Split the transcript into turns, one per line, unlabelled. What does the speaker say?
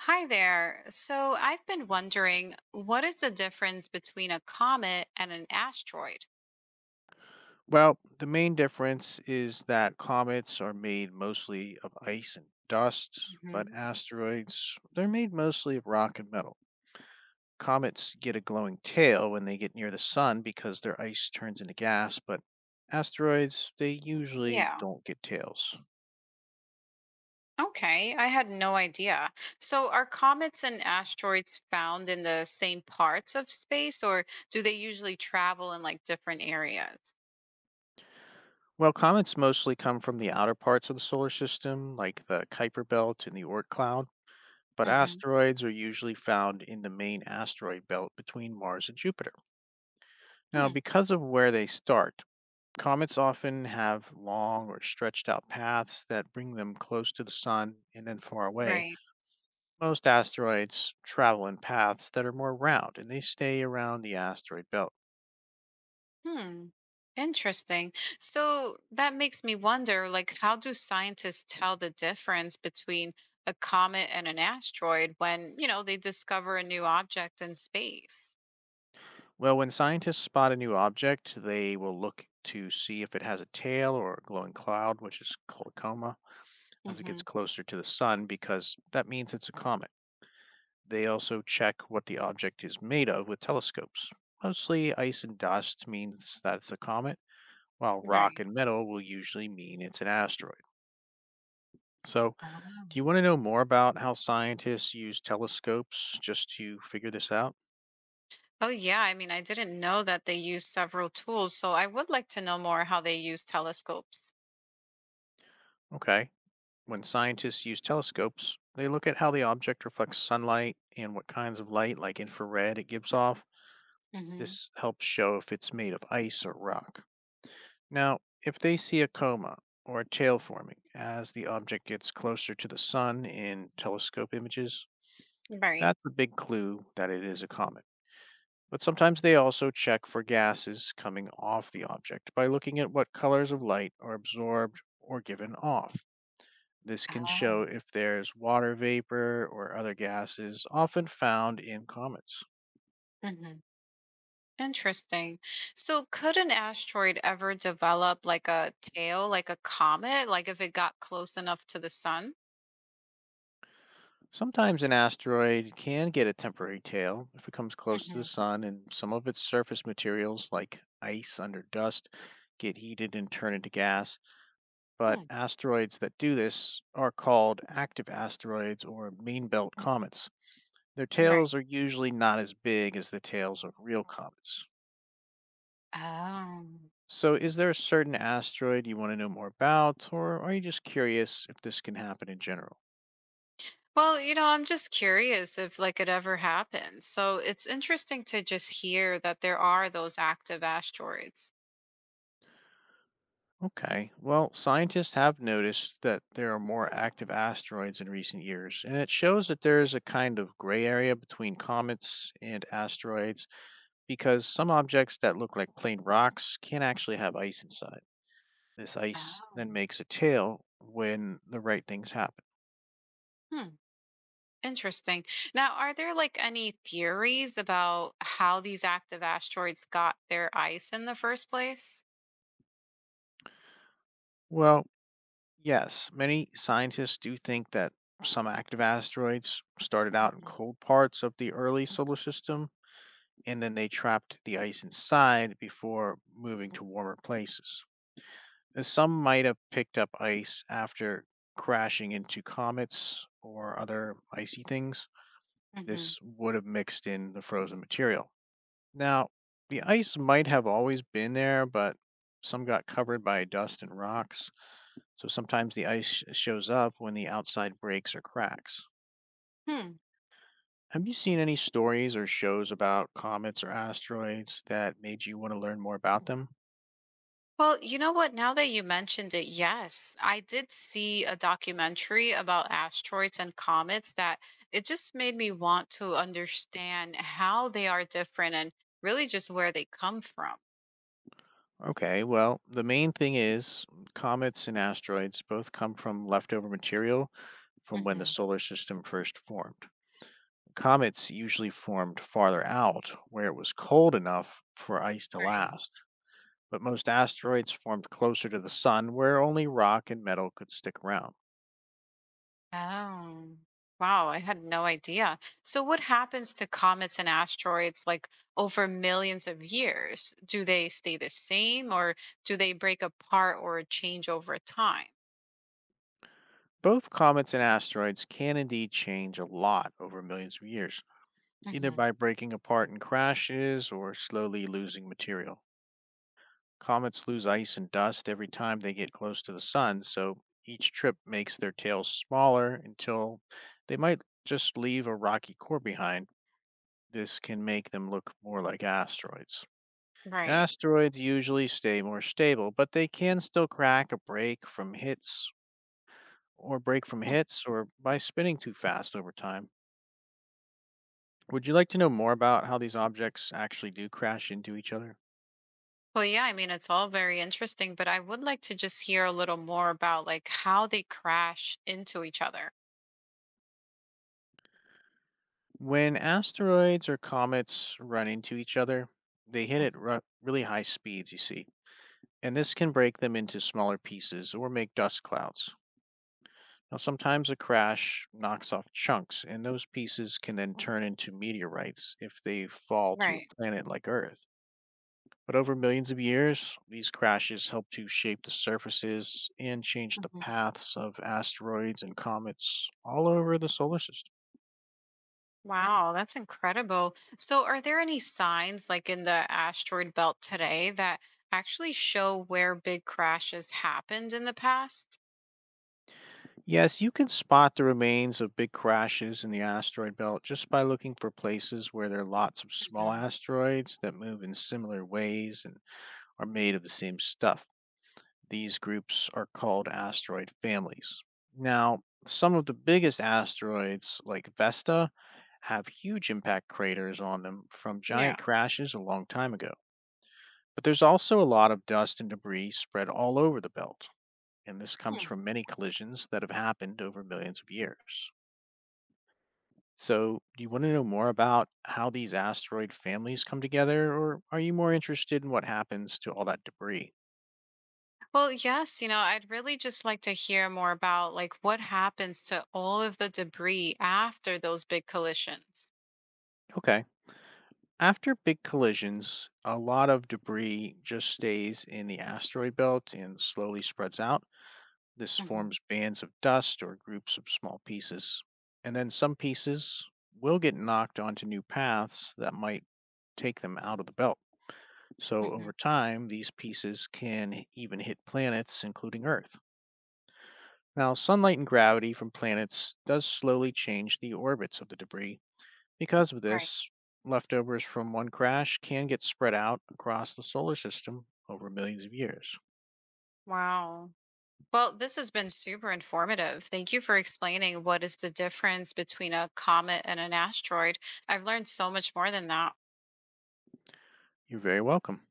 Hi there. So I've been wondering, what is the difference between a comet and an asteroid?
Well, the main difference is that comets are made mostly of ice and dust, but
Hmm.
asteroids, they're made mostly of rock and metal. Comets get a glowing tail when they get near the sun because their ice turns into gas, but asteroids, they usually
Yeah.
don't get tails.
Okay. I had no idea. So are comets and asteroids found in the same parts of space, or do they usually travel in like different areas?
Well, comets mostly come from the outer parts of the solar system, like the Kuiper Belt and the Oort Cloud, but
Hmm.
asteroids are usually found in the main asteroid belt between Mars and Jupiter. Now,
Hmm.
because of where they start, comets often have long or stretched out paths that bring them close to the sun and then far away.
Right.
Most asteroids travel in paths that are more round and they stay around the asteroid belt.
Hmm. Interesting. So that makes me wonder, like, how do scientists tell the difference between a comet and an asteroid when, you know, they discover a new object in space?
Well, when scientists spot a new object, they will look to see if it has a tail or a glowing cloud, which is called a coma, as it
Hmm.
gets closer to the sun because that means it's a comet. They also check what the object is made of with telescopes. Mostly ice and dust means that's a comet while rock
Right.
and metal will usually mean it's an asteroid. So, do
Oh.
you want to know more about how scientists use telescopes just to figure this out?
Oh, yeah. I mean, I didn't know that they use several tools, so I would like to know more how they use telescopes.
Okay. When scientists use telescopes, they look at how the object reflects sunlight and what kinds of light, like infrared, it gives off.
Hmm.
This helps show if it's made of ice or rock. Now, if they see a coma or a tail forming as the object gets closer to the sun in telescope images,
Right.
that's a big clue that it is a comet. But sometimes they also check for gases coming off the object by looking at what colors of light are absorbed or given off. This can show
Oh.
if there's water vapor or other gases often found in comets.
Hmm. Interesting. So, could an asteroid ever develop like a tail, like a comet, like if it got close enough to the sun?
Sometimes an asteroid can get a temporary tail if it comes close to the
Hmm.
sun and some of its surface materials, like ice under dust, get heated and turn into gas. But
Hmm.
asteroids that do this are called active asteroids or main belt comets. Their
Right.
tails are usually not as big as the tails of real comets.
Oh.
So, is there a certain asteroid you want to know more about, or are you just curious if this can happen in general?
Well, you know, I'm just curious if like it ever happened. So, it's interesting to just hear that there are those active asteroids.
Okay, well, scientists have noticed that there are more active asteroids in recent years, and it shows that there is a kind of gray area between comets and asteroids because some objects that look like plain rocks can actually have ice inside. This ice then
Oh.
makes a tail when the right things happen.
Hmm. Interesting. Now, are there like any theories about how these active asteroids got their ice in the first place?
Well, yes, many scientists do think that some active asteroids started out in cold parts of the early solar system and then they trapped the ice inside before moving to warmer places. Some might have picked up ice after crashing into comets or other icy things.
Hmm.
This would have mixed in the frozen material. Now, the ice might have always been there, but some got covered by dust and rocks. So sometimes the ice shows up when the outside breaks or cracks.
Hmm.
Have you seen any stories or shows about comets or asteroids that made you want to learn more about them?
Well, you know what? Now that you mentioned it, yes, I did see a documentary about asteroids and comets that it just made me want to understand how they are different and really just where they come from.
Okay, well, the main thing is comets and asteroids both come from leftover material from when the
Hmm.
solar system first formed. Comets usually formed farther out where it was cold enough for ice to
Right.
last, but most asteroids formed closer to the sun where only rock and metal could stick around.
Oh, wow. I had no idea. So, what happens to comets and asteroids like over millions of years? Do they stay the same or do they break apart or change over time?
Both comets and asteroids can indeed change a lot over millions of years, either
Hmm.
by breaking apart in crashes or slowly losing material. Comets lose ice and dust every time they get close to the sun, so each trip makes their tails smaller until they might just leave a rocky core behind. This can make them look more like asteroids.
Right.
Asteroids usually stay more stable, but they can still crack a break from hits or break from hits or by spinning too fast over time. Would you like to know more about how these objects actually do crash into each other?
Well, yeah, I mean, it's all very interesting, but I would like to just hear a little more about like how they crash into each other.
When asteroids or comets run into each other, they hit at
Mhm.
really high speeds, you see, and this can break them into smaller pieces or make dust clouds. Now, sometimes a crash knocks off chunks, and those pieces can then turn into meteorites if they fall to
Right.
a planet like Earth. But over millions of years, these crashes help to shape the surfaces and change the
Hmm.
paths of asteroids and comets all over the solar system.
Wow, that's incredible. So, are there any signs like in the asteroid belt today that actually show where big crashes happened in the past?
Yes, you can spot the remains of big crashes in the asteroid belt just by looking for places where there are lots of small
Hmm.
asteroids that move in similar ways and are made of the same stuff. These groups are called asteroid families. Now, some of the biggest asteroids, like Vesta, have huge impact craters on them from giant
Yeah.
crashes a long time ago. But there's also a lot of dust and debris spread all over the belt, and this comes
Hmm.
from many collisions that have happened over millions of years. So, do you want to know more about how these asteroid families come together, or are you more interested in what happens to all that debris?
Well, yes, you know, I'd really just like to hear more about like what happens to all of the debris after those big collisions.
Okay. After big collisions, a lot of debris just stays in the asteroid belt and slowly spreads out. This
Hmm.
forms bands of dust or groups of small pieces. And then some pieces will get knocked onto new paths that might take them out of the belt. So over
Hmm.
time, these pieces can even hit planets, including Earth. Now, sunlight and gravity from planets does slowly change the orbits of the debris, because of
Right.
this, leftovers from one crash can get spread out across the solar system over millions of years.
Wow. Well, this has been super informative. Thank you for explaining what is the difference between a comet and an asteroid. I've learned so much more than that.
You're very welcome.